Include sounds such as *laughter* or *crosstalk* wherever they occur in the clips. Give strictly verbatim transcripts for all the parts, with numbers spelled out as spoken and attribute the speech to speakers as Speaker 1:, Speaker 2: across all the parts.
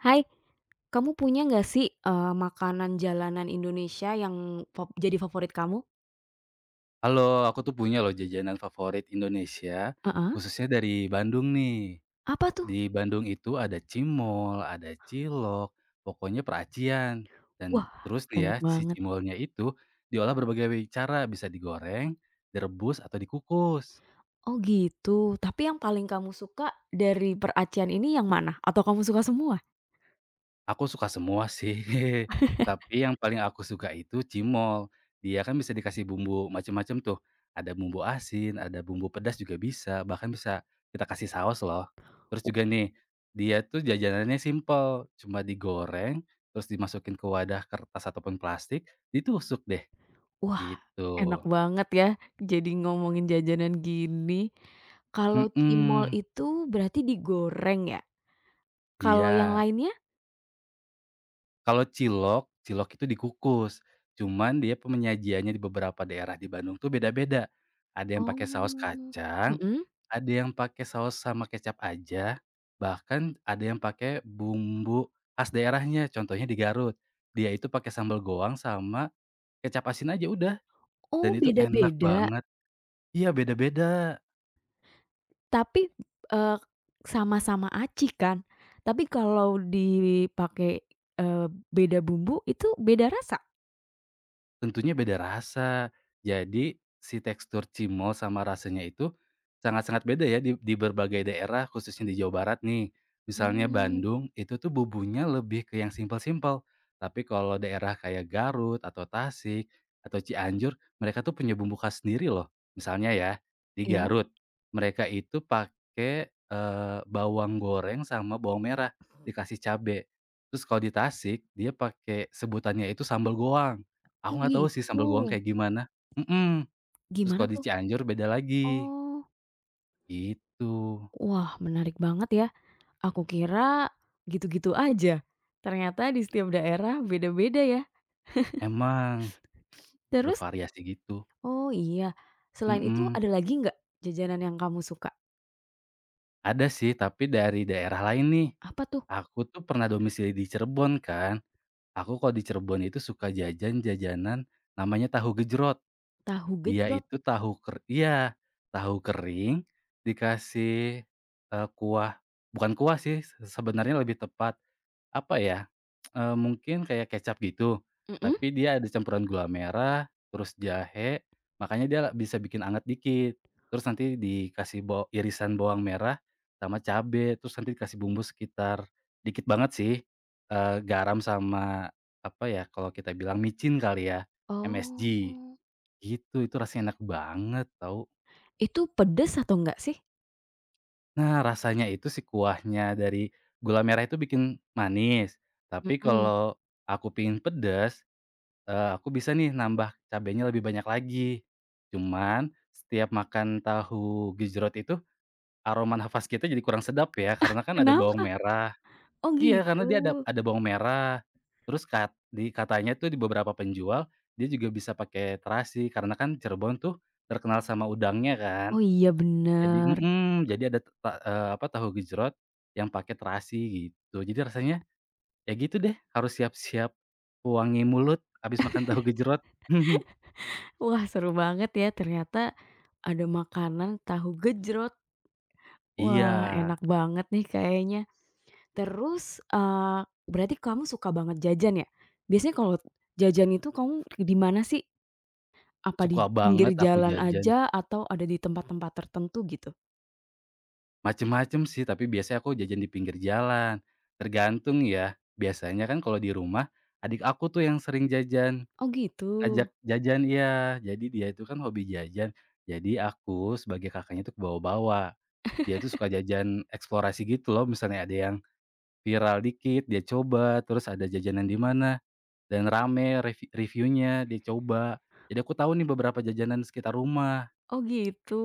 Speaker 1: Hai, kamu punya nggak sih, eee, makanan jalanan Indonesia yang fov jadi favorit kamu?
Speaker 2: Halo, aku tuh punya loh jajanan favorit Indonesia,
Speaker 1: Heeh,
Speaker 2: khususnya dari Bandung nih.
Speaker 1: apa tuh?
Speaker 2: Di Bandung itu ada cimol, ada cilok, pokoknya peracian. Dan
Speaker 1: Wah,
Speaker 2: terus nih ya,
Speaker 1: enak
Speaker 2: si
Speaker 1: banget.
Speaker 2: cimolnya itu diolah berbagai cara, bisa digoreng, direbus, atau dikukus.
Speaker 1: Oh gitu, tapi yang paling kamu suka dari peracian ini yang mana? Atau kamu suka semua?
Speaker 2: Aku suka semua sih, *laughs* tapi yang paling aku suka itu cimol. Dia kan bisa dikasih bumbu macam-macam tuh, ada bumbu asin, ada bumbu pedas juga bisa, bahkan bisa kita kasih saus loh. Terus
Speaker 1: U
Speaker 2: juga nih, dia tuh jajanannya simpel, cuma digoreng, terus dimasukin ke wadah kertas ataupun plastik, ditusuk deh,
Speaker 1: wah, enak
Speaker 2: gitu.
Speaker 1: banget ya, jadi ngomongin jajanan gini. Kalau cimol
Speaker 2: Mhm,
Speaker 1: itu berarti digoreng ya? Kalau yang
Speaker 2: iya.
Speaker 1: lainnya?
Speaker 2: Kalau cilok, cilok itu dikukus, cuman dia penyajiannya di beberapa daerah di Bandung tuh beda-beda. Ada yang pakai saus
Speaker 1: Oh,
Speaker 2: kacang,
Speaker 1: Mhm?
Speaker 2: ada yang pakai saus sama kecap aja, bahkan ada yang pakai bumbu khas daerahnya, contohnya di Garut. Dia itu pakai sambal goang sama kecap asin aja udah, dan
Speaker 1: Oh
Speaker 2: itu enak
Speaker 1: beda-beda?
Speaker 2: banget. Iya beda-beda.
Speaker 1: Tapi, eee, sama-sama aci kan? Tapi kalau dipakai, eee, beda bumbu itu beda rasa.
Speaker 2: Tentunya beda rasa. Jadi, si tekstur cimol sama rasanya itu sangat-sangat beda ya di di berbagai daerah khususnya di Jawa Barat nih. Misalnya
Speaker 1: Mmm,
Speaker 2: Bandung itu tuh bumbunya lebih ke yang simpel-simpel. Tapi kalau daerah kayak Garut atau Tasik atau Cianjur, mereka tuh punya bumbu khas sendiri loh. Misalnya ya, di
Speaker 1: iya?
Speaker 2: Garut mereka itu pakai, eee, bawang goreng sama bawang merah dikasih cabe. Terus kalau di Tasik dia pakai sebutannya itu sambal goang. Aku
Speaker 1: Oh
Speaker 2: nggak tahu sih
Speaker 1: gitu?
Speaker 2: sambal goang kayak gimana mhm, terus
Speaker 1: Gimana
Speaker 2: kalau di
Speaker 1: tuh?
Speaker 2: Cianjur beda lagi,
Speaker 1: Oh.
Speaker 2: gitu.
Speaker 1: Wah menarik banget ya, aku kira gitu-gitu aja, ternyata di setiap daerah beda-beda ya.
Speaker 2: Emang,
Speaker 1: Terus
Speaker 2: bervariasi gitu,
Speaker 1: oh iya, selain itu
Speaker 2: mhm.
Speaker 1: ada lagi nggak jajanan yang kamu suka?
Speaker 2: Ada sih tapi dari daerah lain nih,
Speaker 1: Apa tuh?
Speaker 2: aku tuh pernah domisili di Cirebon kan, aku kalau di Cirebon itu suka jajan jajanan namanya tahu gejrot.
Speaker 1: Tahu
Speaker 2: Dia
Speaker 1: gejrot?
Speaker 2: itu tahu ker iya, tahu kering dikasih, eee, kuah bukan kuah sih se sebenarnya lebih tepat. Apa ya, eee, mungkin kayak kecap gitu,
Speaker 1: Mhm.
Speaker 2: tapi dia ada campuran gula merah, terus jahe, makanya dia bisa bikin anget dikit. Terus nanti dikasih bawa irisan bawang merah sama cabe, terus nanti dikasih bumbu sekitar dikit banget sih, eee, garam sama apa ya, kalau kita bilang micin kali ya, M S G,
Speaker 1: Oh.
Speaker 2: gitu. Itu rasanya enak banget tau.
Speaker 1: Itu pedes atau enggak sih?
Speaker 2: Nah, rasanya itu si kuahnya dari gula merah itu bikin manis, tapi
Speaker 1: Mhm.
Speaker 2: kalau aku pingin pedas Eee, aku bisa nih nambah cabenya lebih banyak lagi. Cuman setiap makan tahu gejrot itu aroma nafas kita jadi kurang sedap ya, karena kan ada bawang
Speaker 1: Kenapa?
Speaker 2: merah.
Speaker 1: Oh
Speaker 2: Iya,
Speaker 1: gitu.
Speaker 2: karena dia ada ada bawang merah. Terus kat di katanya tuh di beberapa penjual, dia juga bisa pakai terasi karena kan Cirebon tuh terkenal sama udangnya kan.
Speaker 1: Oh iya
Speaker 2: Jadi
Speaker 1: bener.
Speaker 2: mhm, jadi ada ta eee, apa, tahu gejrot yang pakai terasi gitu. Jadi rasanya ya gitu deh, harus siap-siap wangi mulut habis makan tahu gejrot. *laughs*
Speaker 1: Wah seru banget ya ternyata ada makanan tahu gejrot.
Speaker 2: Iya,
Speaker 1: Wah enak banget nih kayaknya. Terus, eee, berarti kamu suka banget jajan ya? Biasanya kalau jajan itu kamu di mana sih? Apa di
Speaker 2: suka
Speaker 1: pinggir
Speaker 2: banget aku
Speaker 1: jalan
Speaker 2: jajan,
Speaker 1: aja atau ada di tempat-tempat tertentu gitu?
Speaker 2: macem-macem sih, tapi biasanya aku jajan di pinggir jalan, tergantung ya. Biasanya kan kalau di rumah, adik aku tuh yang sering jajan,
Speaker 1: Oh gitu.
Speaker 2: ngajak jajan iya, jadi dia itu kan hobi jajan, jadi aku sebagai kakaknya tuh kebawa-bawa. Dia tuh suka jajan eksplorasi gitu loh, misalnya ada yang viral dikit, dia coba, terus ada jajanan di mana, dan rame revi reviewnya, dia coba. Jadi aku tahu nih beberapa jajanan sekitar rumah.
Speaker 1: Oh gitu.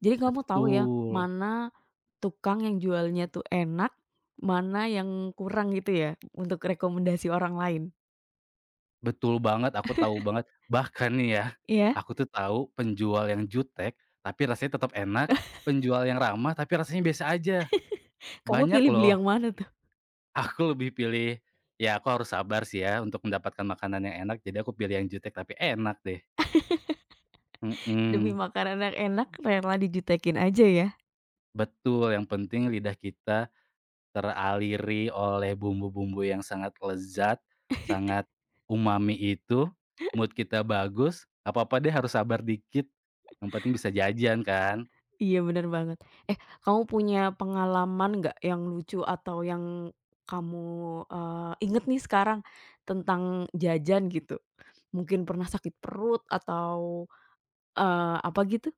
Speaker 1: Jadi kamu tahu ya,
Speaker 2: Betul.
Speaker 1: mana tukang yang jualnya tuh enak, mana yang kurang gitu ya, untuk rekomendasi orang lain,
Speaker 2: Betul banget, aku tahu banget. Bahkan nih ya,
Speaker 1: iya?
Speaker 2: aku tuh tahu penjual yang jutek, tapi rasanya tetap enak,
Speaker 1: *laughs*
Speaker 2: penjual yang ramah, tapi rasanya biasa aja.
Speaker 1: Kamu
Speaker 2: Banyak
Speaker 1: pilih beli
Speaker 2: loh.
Speaker 1: yang mana
Speaker 2: *laughs*
Speaker 1: tuh?
Speaker 2: Aku lebih pilih ya aku harus sabar sih ya untuk mendapatkan makanan yang enak, jadi aku pilih yang jutek tapi enak deh.
Speaker 1: Demi
Speaker 2: Mhm,
Speaker 1: makanan yang enak rela dijutekin aja ya?
Speaker 2: betul, yang penting lidah kita teraliri oleh bumbu-bumbu yang sangat lezat, sangat umami itu, mood kita bagus, apa-apa deh harus sabar dikit, yang penting bisa jajan kan.
Speaker 1: Iya bener banget. Eh, kamu punya pengalaman nggak yang lucu atau yang kamu, eee, inget nih sekarang tentang jajan gitu? Mungkin pernah sakit perut atau, eee, apa gitu?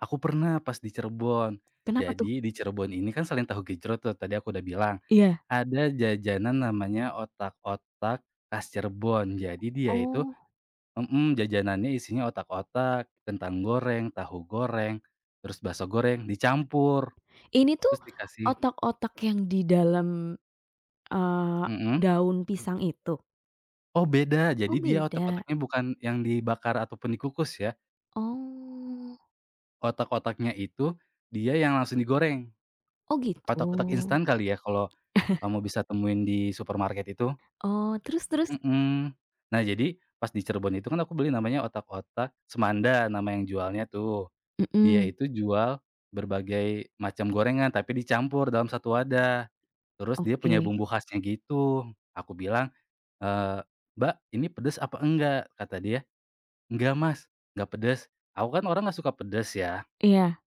Speaker 2: Aku pernah pas di Cirebon,
Speaker 1: Kenapa tuh?
Speaker 2: jadi di Cirebon ini kan selain tahu gejrot tuh tadi aku udah bilang,
Speaker 1: Iya.
Speaker 2: ada jajanan namanya otak-otak khas Cirebon. Jadi dia itu
Speaker 1: Oh,
Speaker 2: mhm, jajanannya isinya otak-otak, kentang goreng, tahu goreng, terus bakso goreng dicampur,
Speaker 1: ini tuh
Speaker 2: terus dikasih
Speaker 1: otak-otak yang di dalam, eee,
Speaker 2: mhm?
Speaker 1: daun pisang itu?
Speaker 2: Oh beda, jadi
Speaker 1: Oh
Speaker 2: dia
Speaker 1: beda?
Speaker 2: otak-otaknya Mhm. bukan yang dibakar ataupun dikukus ya,
Speaker 1: Oh
Speaker 2: otak-otaknya itu dia yang langsung digoreng,
Speaker 1: oh gitu.
Speaker 2: otak-otak instan kali ya kalau kamu bisa temuin di supermarket itu?
Speaker 1: Oh terus terus?
Speaker 2: Mhm. Nah jadi pas di Cirebon itu kan aku beli namanya otak-otak Semanda nama yang jualnya tuh, dia
Speaker 1: Mhm,
Speaker 2: itu jual berbagai macam gorengan tapi dicampur dalam satu wadah, terus dia punya
Speaker 1: oke.
Speaker 2: bumbu khasnya gitu. Aku bilang, eee, "Mbak ini pedes apa enggak?" Kata dia, "Enggak, Mas, enggak pedes." Aku kan orang nggak suka pedes ya.
Speaker 1: Iya,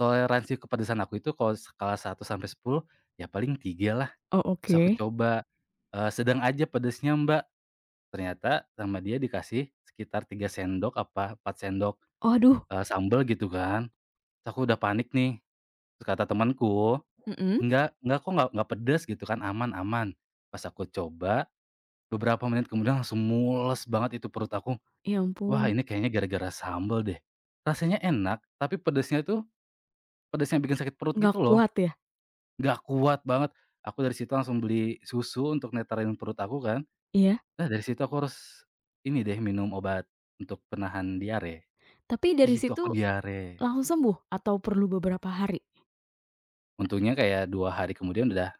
Speaker 2: Toleransi kepedesan aku itu kalau skala satu sampai sepuluh, ya paling tiga lah.
Speaker 1: oh
Speaker 2: Terus aku
Speaker 1: oke.
Speaker 2: coba, eee, "Sedang aja pedesnya, Mbak." Ternyata sama dia dikasih sekitar tiga sendok apa empat sendok,
Speaker 1: Waduh,
Speaker 2: eee, sambel gitu kan. Terus aku udah panik nih. Terus kata temanku,
Speaker 1: mhm,
Speaker 2: "Enggak enggak kok, nggak nggak pedes," gitu kan, "aman aman." Pas aku coba, beberapa menit kemudian langsung mules banget itu perut aku.
Speaker 1: ya ampun,
Speaker 2: Wah, ini kayaknya gara-gara sambel deh. Rasanya enak, tapi pedesnya itu pedes yang bikin sakit perut
Speaker 1: nggak
Speaker 2: gitu loh,
Speaker 1: kuat ya?
Speaker 2: nggak kuat banget. Aku dari situ langsung beli susu untuk neterin perut aku kan.
Speaker 1: Iya,
Speaker 2: Nah dari situ aku harus ini deh minum obat untuk penahan diare.
Speaker 1: tapi dari
Speaker 2: Gitu, aku
Speaker 1: situ
Speaker 2: diare.
Speaker 1: langsung sembuh atau perlu beberapa hari?
Speaker 2: Untungnya kayak dua hari kemudian udah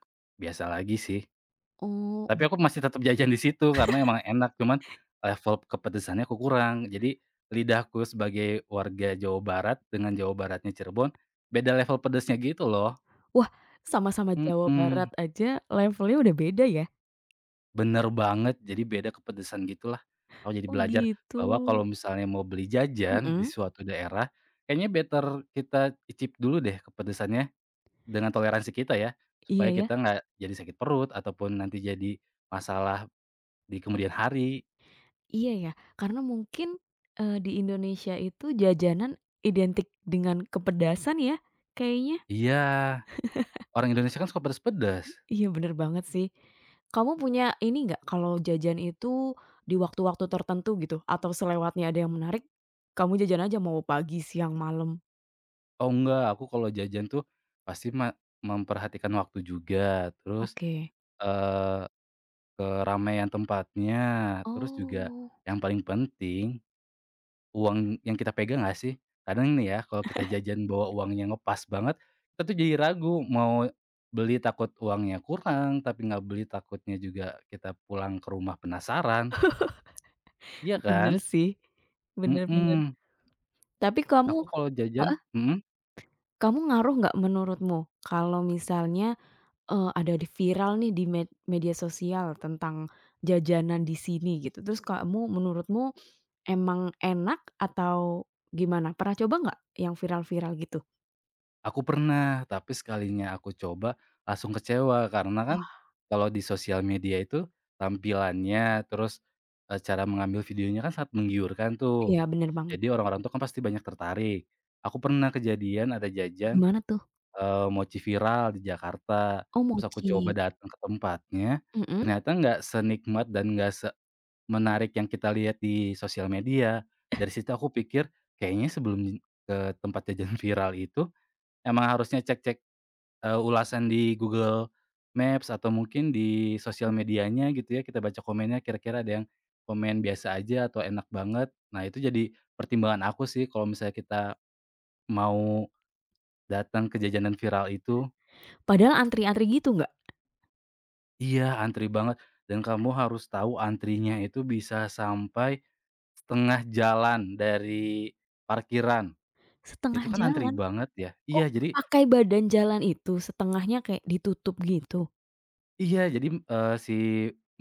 Speaker 2: biasa lagi sih.
Speaker 1: Oh,
Speaker 2: Tapi
Speaker 1: uh,
Speaker 2: aku masih tetap jajan di situ karena emang enak, cuman level kepedesannya aku kurang. Jadi lidahku sebagai warga Jawa Barat dengan Jawa Baratnya Cirebon, beda level pedesnya gitu loh.
Speaker 1: wah sama-sama Jawa Barat
Speaker 2: Mhm.
Speaker 1: aja levelnya udah beda ya?
Speaker 2: Bener banget, jadi beda kepedesan gitulah. Aku jadi
Speaker 1: Oh
Speaker 2: belajar
Speaker 1: gitu,
Speaker 2: bahwa kalau misalnya mau beli jajan di
Speaker 1: mhm,
Speaker 2: suatu daerah, kayaknya better kita icip dulu deh kepedesannya dengan toleransi kita ya,
Speaker 1: iya
Speaker 2: supaya
Speaker 1: ya.
Speaker 2: kita nggak jadi sakit perut ataupun nanti jadi masalah di kemudian hari.
Speaker 1: Iya ya, karena mungkin, eee, di Indonesia itu jajanan identik dengan kepedasan ya, kayaknya.
Speaker 2: Iya, orang Indonesia kan suka pedes-pedes.
Speaker 1: Iya bener banget sih. Kamu punya ini nggak, kalau jajan itu di waktu-waktu tertentu gitu, atau selewatnya ada yang menarik, kamu jajan aja mau pagi, siang, malam?
Speaker 2: Oh enggak, aku kalau jajan tuh pasti ma memperhatikan waktu juga, terus,
Speaker 1: Oke.
Speaker 2: eee, keramaian tempatnya, terus juga
Speaker 1: Oh.
Speaker 2: yang paling penting, uang yang kita pegang nggak sih? Kadang nih ya kalau kita jajan bawa uangnya ngepas banget, kita tuh jadi ragu mau beli takut uangnya kurang, tapi nggak beli takutnya juga kita pulang ke rumah penasaran, iya
Speaker 1: Bener
Speaker 2: kan?
Speaker 1: sih. Bener bener.
Speaker 2: Mhm.
Speaker 1: Tapi kamu
Speaker 2: aku kalau jajan
Speaker 1: heeh,
Speaker 2: mhm,
Speaker 1: kamu ngaruh nggak menurutmu, kalau misalnya Eee, ada di viral nih di med media sosial tentang jajanan di sini gitu, terus kamu menurutmu emang enak atau gimana? Pernah coba nggak yang viral-viral gitu?
Speaker 2: Aku pernah, tapi sekalinya aku coba langsung kecewa karena kan kalau di sosial media itu tampilannya, terus, eee, cara mengambil videonya kan sangat menggiurkan tuh.
Speaker 1: Iya bener banget.
Speaker 2: Jadi orang-orang tuh kan pasti banyak tertarik. Aku pernah kejadian ada jajan,
Speaker 1: Gimana tuh?
Speaker 2: eee, mochi viral di Jakarta,
Speaker 1: Oh
Speaker 2: terus aku coba
Speaker 1: mochi.
Speaker 2: datang ke tempatnya,
Speaker 1: Mhm.
Speaker 2: ternyata nggak senikmat dan nggak menarik yang kita lihat di sosial media. Dari situ aku pikir, kayaknya sebelum ke tempat jajan *laughs* viral itu, emang harusnya cek-cek Eee, ulasan di Google Maps atau mungkin di sosial medianya gitu ya, kita baca komennya kira-kira ada yang komen biasa aja atau enak banget. Nah itu jadi pertimbangan aku sih kalau misalnya kita mau datang ke jajanan viral itu,
Speaker 1: Padahal antri-antri gitu nggak?
Speaker 2: iya, antri banget dan kamu harus tahu antrinya itu bisa sampai setengah jalan dari parkiran.
Speaker 1: Setengah
Speaker 2: Itu kan antri
Speaker 1: jalan?
Speaker 2: banget ya.
Speaker 1: Oh
Speaker 2: Iya, jadi
Speaker 1: pakai badan jalan itu setengahnya kayak ditutup gitu?
Speaker 2: Iya, jadi, eee, si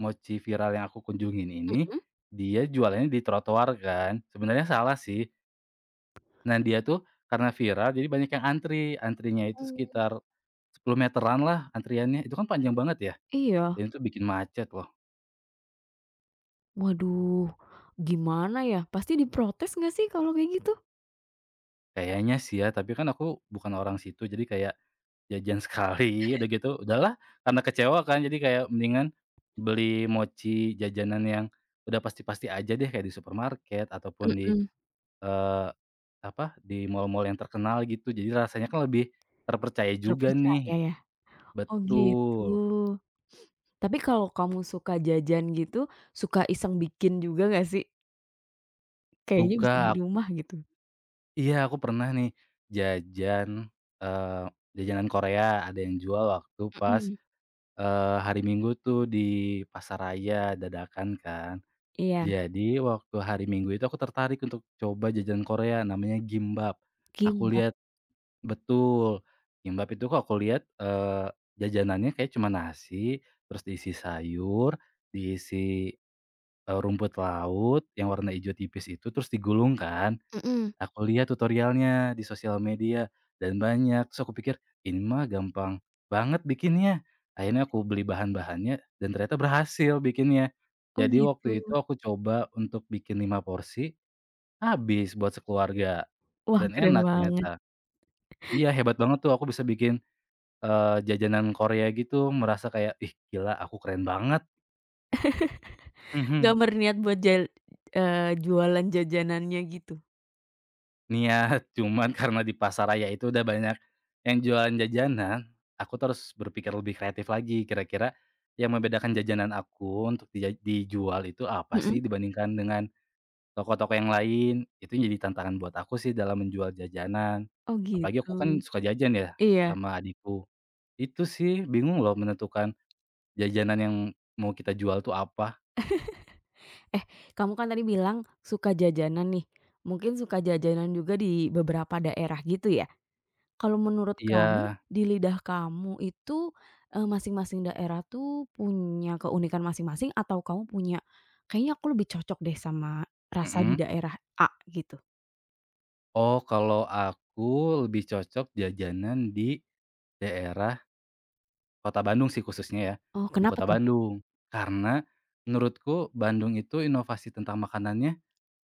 Speaker 2: mochi viral yang aku kunjungin ini,
Speaker 1: Mhm?
Speaker 2: dia jualannya di trotoar kan, sebenarnya salah sih. Nah, dia tuh karena viral jadi banyak yang antri, antrinya itu
Speaker 1: Oh
Speaker 2: sekitar sepuluh meteran lah antriannya, itu kan panjang banget ya,
Speaker 1: iya.
Speaker 2: dan itu bikin macet loh.
Speaker 1: Waduh gimana ya? Pasti diprotes nggak sih kalau kayak gitu?
Speaker 2: Kayaknya sih ya, tapi kan aku bukan orang situ, jadi kayak jajan *laughs* sekali udah gitu, udahlah karena kecewa kan, jadi kayak mendingan beli mochi jajanan yang udah pasti-pasti aja deh kayak di supermarket ataupun di
Speaker 1: Mhm.
Speaker 2: Eee, apa, di mall-mall yang terkenal gitu, jadi rasanya kan lebih terpercaya juga nih.
Speaker 1: Terpercaya ya? Oh gitu.
Speaker 2: Betul,
Speaker 1: Tapi kalau kamu suka jajan gitu, suka iseng bikin juga nggak sih? Kayaknya bisa di
Speaker 2: suka.
Speaker 1: rumah gitu.
Speaker 2: Iya, aku pernah nih jajan, eee, jajanan Korea ada yang jual waktu pas,
Speaker 1: Mhm.
Speaker 2: eee, hari Minggu tuh di pasar raya dadakan kan.
Speaker 1: Iya,
Speaker 2: Jadi waktu hari Minggu itu aku tertarik untuk coba jajanan Korea namanya Gimbap. Aku
Speaker 1: kimbap.
Speaker 2: lihat. Betul, kimbap itu kok aku lihat, eee, jajanannya kayak cuma nasi, terus diisi sayur, diisi, eee, rumput laut yang warna hijau tipis itu, terus digulung kan.
Speaker 1: Mhm.
Speaker 2: Aku lihat tutorialnya di sosial media dan banyak, terus aku pikir, "Ini mah gampang banget bikinnya." Akhirnya aku beli bahan-bahannya dan ternyata berhasil bikinnya.
Speaker 1: Oh
Speaker 2: Jadi waktu
Speaker 1: gitu.
Speaker 2: itu aku coba untuk bikin lima porsi, habis buat sekeluarga
Speaker 1: Wah
Speaker 2: dan
Speaker 1: keren
Speaker 2: enak
Speaker 1: banget.
Speaker 2: ternyata. Iya, hebat banget tuh aku bisa bikin Eee, jajanan Korea gitu merasa kayak, "Ih gila aku keren banget."
Speaker 1: Nggak
Speaker 2: Mhm.
Speaker 1: berniat buat jal eee, jualan jajanannya gitu?
Speaker 2: Niat, *laughs* cuman karena di pasaraya itu udah banyak yang jualan jajanan, aku terus berpikir lebih kreatif lagi, kira-kira yang membedakan jajanan aku untuk dija dijual itu apa sih
Speaker 1: Mhm.
Speaker 2: dibandingkan dengan toko-toko yang lain, itu jadi tantangan buat aku sih dalam menjual jajanan.
Speaker 1: Oh
Speaker 2: Apalagi aku kan
Speaker 1: gitu.
Speaker 2: suka jajan ya
Speaker 1: Iya.
Speaker 2: sama adikku. Itu sih bingung loh menentukan jajanan yang mau kita jual tuh apa.
Speaker 1: Eh, kamu kan tadi bilang suka jajanan nih, mungkin suka jajanan juga di beberapa daerah gitu ya? Kalau menurut
Speaker 2: Iya,
Speaker 1: kamu, di lidah kamu itu, eee, masing-masing daerah tuh punya keunikan masing-masing atau kamu punya, "Kayaknya aku lebih cocok deh sama rasa di
Speaker 2: mhm.
Speaker 1: daerah A," gitu?
Speaker 2: Oh, kalau aku lebih cocok jajanan di daerah kota Bandung sih khususnya ya,
Speaker 1: Oh,
Speaker 2: di
Speaker 1: kenapa
Speaker 2: kota
Speaker 1: tuh?
Speaker 2: Bandung. Karena menurutku Bandung itu inovasi tentang makanannya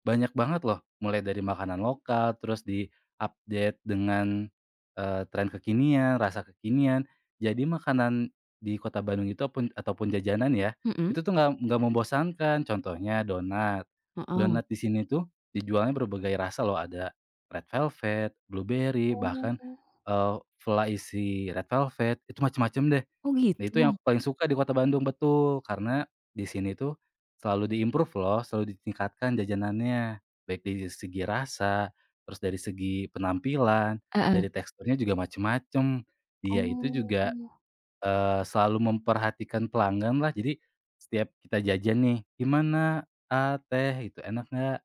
Speaker 2: banyak banget loh, mulai dari makanan lokal, terus di-update dengan, eee, tren kekinian, rasa kekinian. Jadi makanan di Kota Bandung itu apun ataupun jajanan ya,
Speaker 1: Mhm,
Speaker 2: itu tuh nggak nggak membosankan. Contohnya donat,
Speaker 1: heeh.
Speaker 2: donat di sini tuh dijualnya berbagai rasa loh, ada red velvet, blueberry, bahkan,
Speaker 1: Oh.
Speaker 2: eee, vla isi red velvet, itu macam-macam deh.
Speaker 1: Oh,
Speaker 2: Nah itu yang
Speaker 1: gitu?
Speaker 2: aku paling suka di kota Bandung, betul. Karena di sini tuh selalu di-improve loh, selalu ditingkatkan jajanannya. Baik dari segi rasa, terus dari segi penampilan,
Speaker 1: Heeh.
Speaker 2: dari teksturnya juga macem-macem. Dia itu juga,
Speaker 1: Oh.
Speaker 2: eee, selalu memperhatikan pelanggan lah. Jadi setiap kita jajan nih, "Gimana, ah, teh itu enak nggak?"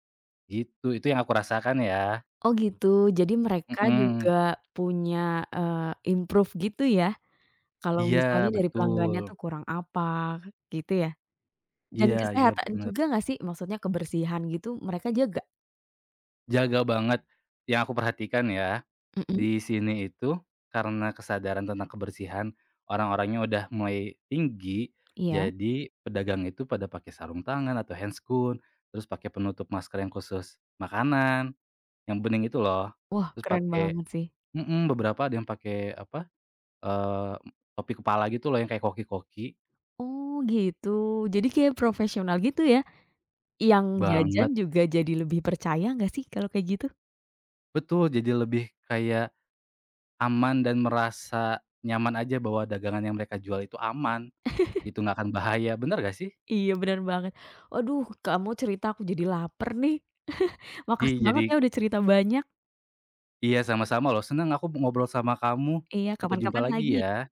Speaker 2: Gitu, itu yang aku rasakan ya.
Speaker 1: Oh, gitu. Jadi mereka
Speaker 2: Mhm.
Speaker 1: juga punya, eee, improve gitu ya, kalau misalnya
Speaker 2: Iya
Speaker 1: dari pelanggannya
Speaker 2: betul.
Speaker 1: tuh kurang apa, gitu ya? Dan
Speaker 2: Iya iya
Speaker 1: kesehatan
Speaker 2: bener.
Speaker 1: juga nggak sih? Maksudnya kebersihan gitu mereka jaga?
Speaker 2: Jaga banget, yang aku perhatikan ya.
Speaker 1: Mhm,
Speaker 2: Di sini itu, karena kesadaran tentang kebersihan, orang-orangnya udah mulai tinggi,
Speaker 1: iya.
Speaker 2: jadi pedagang itu pada pakai sarung tangan atau handscoon, terus pakai penutup masker yang khusus makanan, yang bening itu loh.
Speaker 1: Wah,
Speaker 2: Terus
Speaker 1: keren
Speaker 2: pakai
Speaker 1: banget sih.
Speaker 2: mhm, beberapa ada yang pakai apa, eee, topi kepala gitu loh yang kayak koki-koki,
Speaker 1: Oh, gitu. Jadi kayak profesional gitu ya? Yang jajan
Speaker 2: banget.
Speaker 1: juga jadi lebih percaya nggak sih kalau kayak gitu?
Speaker 2: Betul, jadi lebih kayak aman dan merasa nyaman aja bahwa dagangan yang mereka jual itu aman, gitu, nggak akan bahaya, bener nggak sih?
Speaker 1: Iya, bener banget. Waduh, kamu cerita aku jadi lapar nih. *laughs* Makasih
Speaker 2: Iya,
Speaker 1: banget ya
Speaker 2: jadi
Speaker 1: udah cerita banyak.
Speaker 2: Iya, sama-sama loh. Senang aku ngobrol sama kamu.
Speaker 1: Iya,
Speaker 2: Sampai jumpa
Speaker 1: kapan-kapan lagi
Speaker 2: lagi ya.